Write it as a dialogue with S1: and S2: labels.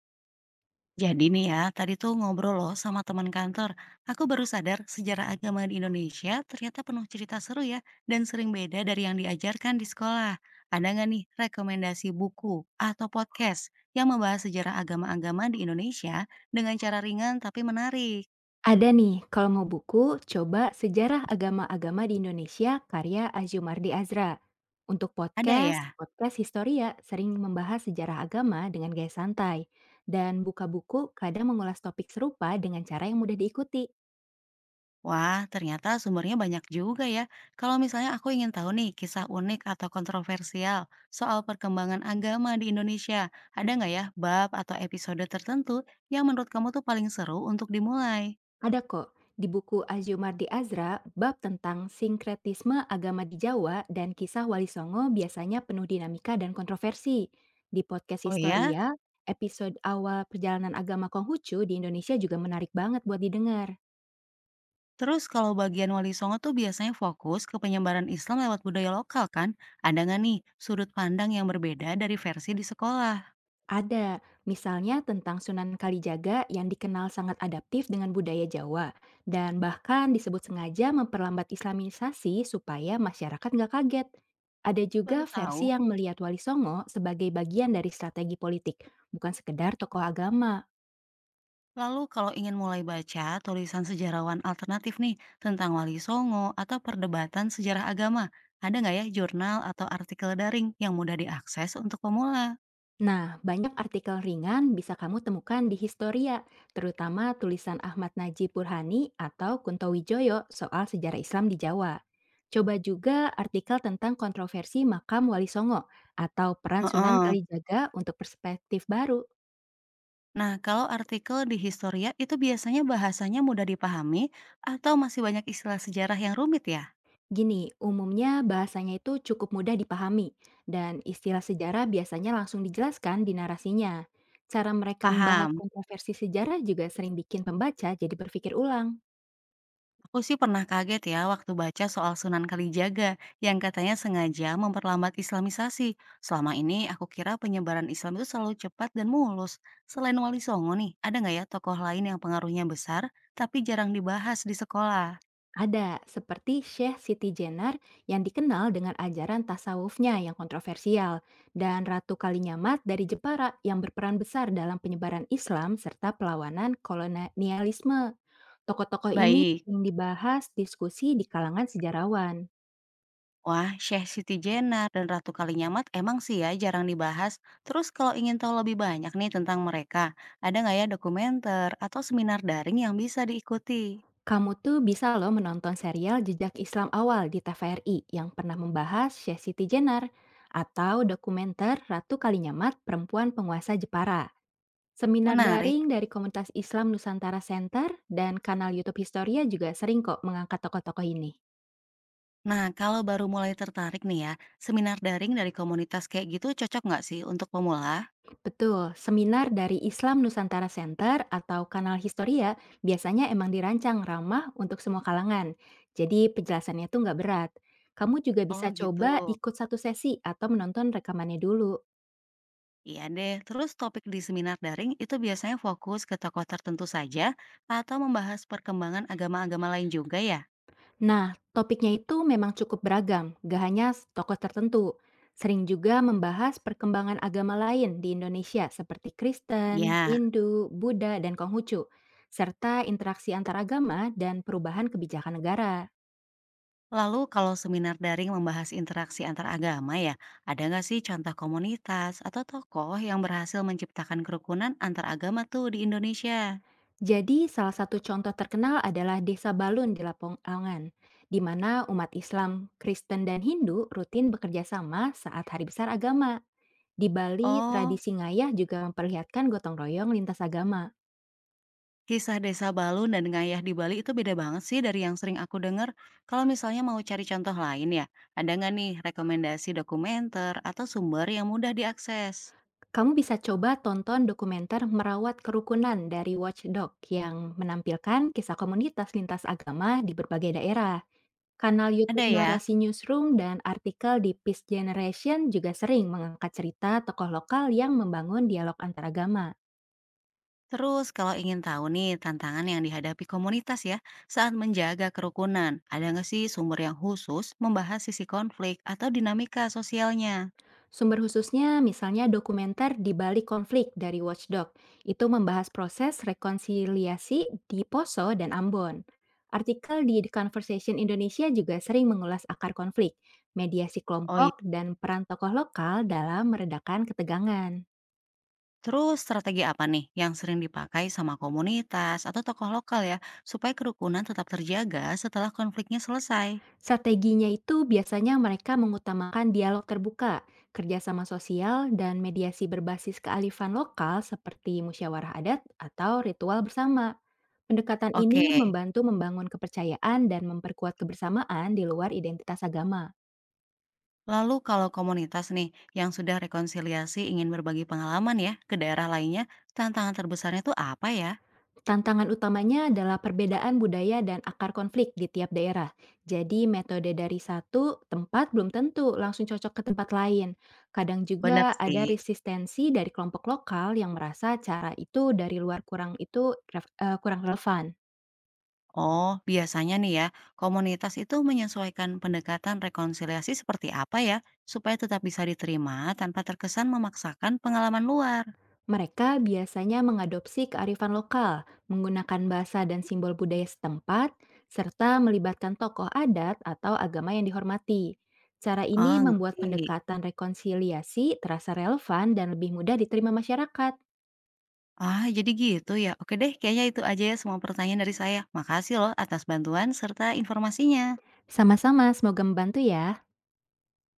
S1: Jadi nih ya, tadi tuh ngobrol loh sama teman kantor. Aku baru sadar sejarah agama di Indonesia ternyata penuh cerita seru ya, dan sering beda dari yang diajarkan di sekolah. Ada nggak nih rekomendasi buku atau podcast yang membahas sejarah agama-agama di Indonesia dengan cara ringan tapi menarik?
S2: Ada nih, kalau mau buku, coba Sejarah Agama-Agama di Indonesia karya Azumardi Azra. Untuk
S1: Ada
S2: podcast,
S1: ya?
S2: podcast Historia sering membahas sejarah agama dengan gaya santai. Dan buka buku kadang mengulas topik serupa dengan cara yang mudah diikuti.
S1: Wah, ternyata sumbernya banyak juga ya. Kalau misalnya aku ingin tahu nih kisah unik atau kontroversial soal perkembangan agama di Indonesia, ada nggak ya bab atau episode tertentu yang menurut kamu tuh paling seru untuk dimulai?
S2: Ada kok, di buku Azumardi Azra, bab tentang sinkretisme agama di Jawa dan kisah Wali Songo biasanya penuh dinamika dan kontroversi. Di podcast
S1: Oh ya,
S2: Historia, episode awal perjalanan agama Konghucu di Indonesia juga menarik banget buat didengar.
S1: terus kalau bagian Wali Songo tuh biasanya fokus ke penyebaran Islam lewat budaya lokal kan? Ada nggak nih sudut pandang yang berbeda dari versi di sekolah?
S2: Ada, misalnya tentang Sunan Kalijaga yang dikenal sangat adaptif dengan budaya Jawa dan bahkan disebut sengaja memperlambat islamisasi supaya masyarakat nggak kaget. Ada
S1: Baru
S2: juga
S1: tahu.
S2: versi yang melihat Wali Songo sebagai bagian dari strategi politik, bukan sekedar tokoh agama.
S1: Lalu kalau ingin mulai baca tulisan sejarawan alternatif nih tentang Wali Songo atau perdebatan sejarah agama, ada nggak ya jurnal atau artikel daring yang mudah diakses untuk pemula?
S2: Nah, banyak artikel ringan bisa kamu temukan di Historia, terutama tulisan Ahmad Najib Burhani atau Kunto Wijoyo soal sejarah Islam di Jawa. Coba juga artikel tentang kontroversi makam Wali Songo atau peran Sunan
S1: Heeh.
S2: Kalijaga untuk perspektif baru.
S1: Nah, kalau artikel di Historia itu biasanya bahasanya mudah dipahami atau masih banyak istilah sejarah yang rumit ya?
S2: Gini, umumnya bahasanya itu cukup mudah dipahami dan istilah sejarah biasanya langsung dijelaskan di narasinya. Cara mereka membahas
S1: Paham.
S2: kontroversi sejarah juga sering bikin pembaca jadi berpikir ulang.
S1: Aku sih pernah kaget ya waktu baca soal Sunan Kalijaga yang katanya sengaja memperlambat islamisasi. Selama ini aku kira penyebaran Islam itu selalu cepat dan mulus. Selain Wali Songo nih, ada nggak ya tokoh lain yang pengaruhnya besar tapi jarang dibahas di sekolah?
S2: Ada, seperti Syekh Siti Jenar yang dikenal dengan ajaran tasawufnya yang kontroversial, dan Ratu Kalinyamat dari Jepara yang berperan besar dalam penyebaran Islam serta perlawanan kolonialisme. Tokoh-tokoh ini
S1: Baik.
S2: yang dibahas diskusi di kalangan sejarawan.
S1: Wah, Syekh Siti Jenar dan Ratu Kalinyamat emang sih ya jarang dibahas. Terus kalau ingin tahu lebih banyak nih tentang mereka, ada nggak ya dokumenter atau seminar daring yang bisa diikuti?
S2: Kamu tuh bisa loh menonton serial Jejak Islam Awal di TVRI yang pernah membahas Syekh Siti Jenar, atau dokumenter Ratu Kalinyamat Perempuan Penguasa Jepara. Seminar
S1: Menarik.
S2: daring dari Komunitas Islam Nusantara Center dan kanal YouTube Historia juga sering kok mengangkat tokoh-tokoh ini.
S1: Nah, kalau baru mulai tertarik nih ya, seminar daring dari komunitas kayak gitu cocok nggak sih untuk pemula?
S2: Betul, seminar dari Islam Nusantara Center atau kanal Historia biasanya emang dirancang ramah untuk semua kalangan. Jadi penjelasannya tuh nggak berat. Kamu juga
S1: Oh
S2: bisa
S1: gitu.
S2: coba ikut satu sesi atau menonton rekamannya dulu.
S1: Iya deh, terus topik di seminar daring itu biasanya fokus ke tokoh tertentu saja atau membahas perkembangan agama-agama lain juga ya?
S2: Nah, topiknya itu memang cukup beragam, gak hanya tokoh tertentu. Sering juga membahas perkembangan agama lain di Indonesia seperti Kristen,
S1: Ya,
S2: Hindu, Buddha, dan Konghucu, serta interaksi antar agama dan perubahan kebijakan negara.
S1: lalu kalau seminar daring membahas interaksi antar agama ya, ada nggak sih contoh komunitas atau tokoh yang berhasil menciptakan kerukunan antar agama tuh di Indonesia?
S2: Jadi, salah satu contoh terkenal adalah Desa Balun di Lamongan, di mana umat Islam, Kristen, dan Hindu rutin bekerja sama saat hari besar agama. Di Bali,
S1: Oh,
S2: tradisi ngayah juga memperlihatkan gotong royong lintas agama.
S1: kisah desa Balun dan Ngayah di Bali itu beda banget sih dari yang sering aku dengar. Kalau misalnya mau cari contoh lain ya, ada nggak nih rekomendasi dokumenter atau sumber yang mudah diakses?
S2: Kamu bisa coba tonton dokumenter Merawat Kerukunan dari Watchdog yang menampilkan kisah komunitas lintas agama di berbagai daerah. Kanal
S1: Ada
S2: YouTube
S1: ya.
S2: Narasi Newsroom dan artikel di Peace Generation juga sering mengangkat cerita tokoh lokal yang membangun dialog antaragama.
S1: Terus kalau ingin tahu nih tantangan yang dihadapi komunitas ya saat menjaga kerukunan, ada nggak sih sumber yang khusus membahas sisi konflik atau dinamika sosialnya?
S2: Sumber khususnya misalnya dokumenter di balik konflik dari Watchdog. Itu membahas proses rekonsiliasi di Poso dan Ambon. Artikel di The Conversation Indonesia juga sering mengulas akar konflik, mediasi
S1: Oh iya.
S2: kelompok, dan peran tokoh lokal dalam meredakan ketegangan.
S1: Terus strategi apa nih yang sering dipakai sama komunitas atau tokoh lokal ya supaya kerukunan tetap terjaga setelah konfliknya selesai?
S2: Strateginya itu biasanya mereka mengutamakan dialog terbuka, kerjasama sosial, dan mediasi berbasis kealifan lokal seperti musyawarah adat atau ritual bersama. Pendekatan
S1: Oke,
S2: ini membantu membangun kepercayaan dan memperkuat kebersamaan di luar identitas agama.
S1: lalu kalau komunitas nih yang sudah rekonsiliasi ingin berbagi pengalaman ya ke daerah lainnya, tantangan terbesarnya tuh apa ya?
S2: Tantangan utamanya adalah perbedaan budaya dan akar konflik di tiap daerah. Jadi metode dari satu tempat belum tentu langsung cocok ke tempat lain. Kadang
S1: Benar
S2: juga ada
S1: sih.
S2: resistensi dari kelompok lokal yang merasa cara itu dari luar kurang itu kurang relevan.
S1: Oh, biasanya nih ya, komunitas itu menyesuaikan pendekatan rekonsiliasi seperti apa ya, supaya tetap bisa diterima tanpa terkesan memaksakan pengalaman luar.
S2: Mereka biasanya mengadopsi kearifan lokal, menggunakan bahasa dan simbol budaya setempat, serta melibatkan tokoh adat atau agama yang dihormati. Cara ini
S1: Ah,
S2: membuat
S1: ngerti.
S2: pendekatan rekonsiliasi terasa relevan dan lebih mudah diterima masyarakat.
S1: Ah, jadi gitu ya. Oke deh, kayaknya itu aja ya semua pertanyaan dari saya. Makasih loh atas bantuan serta informasinya.
S2: Sama-sama, semoga membantu ya.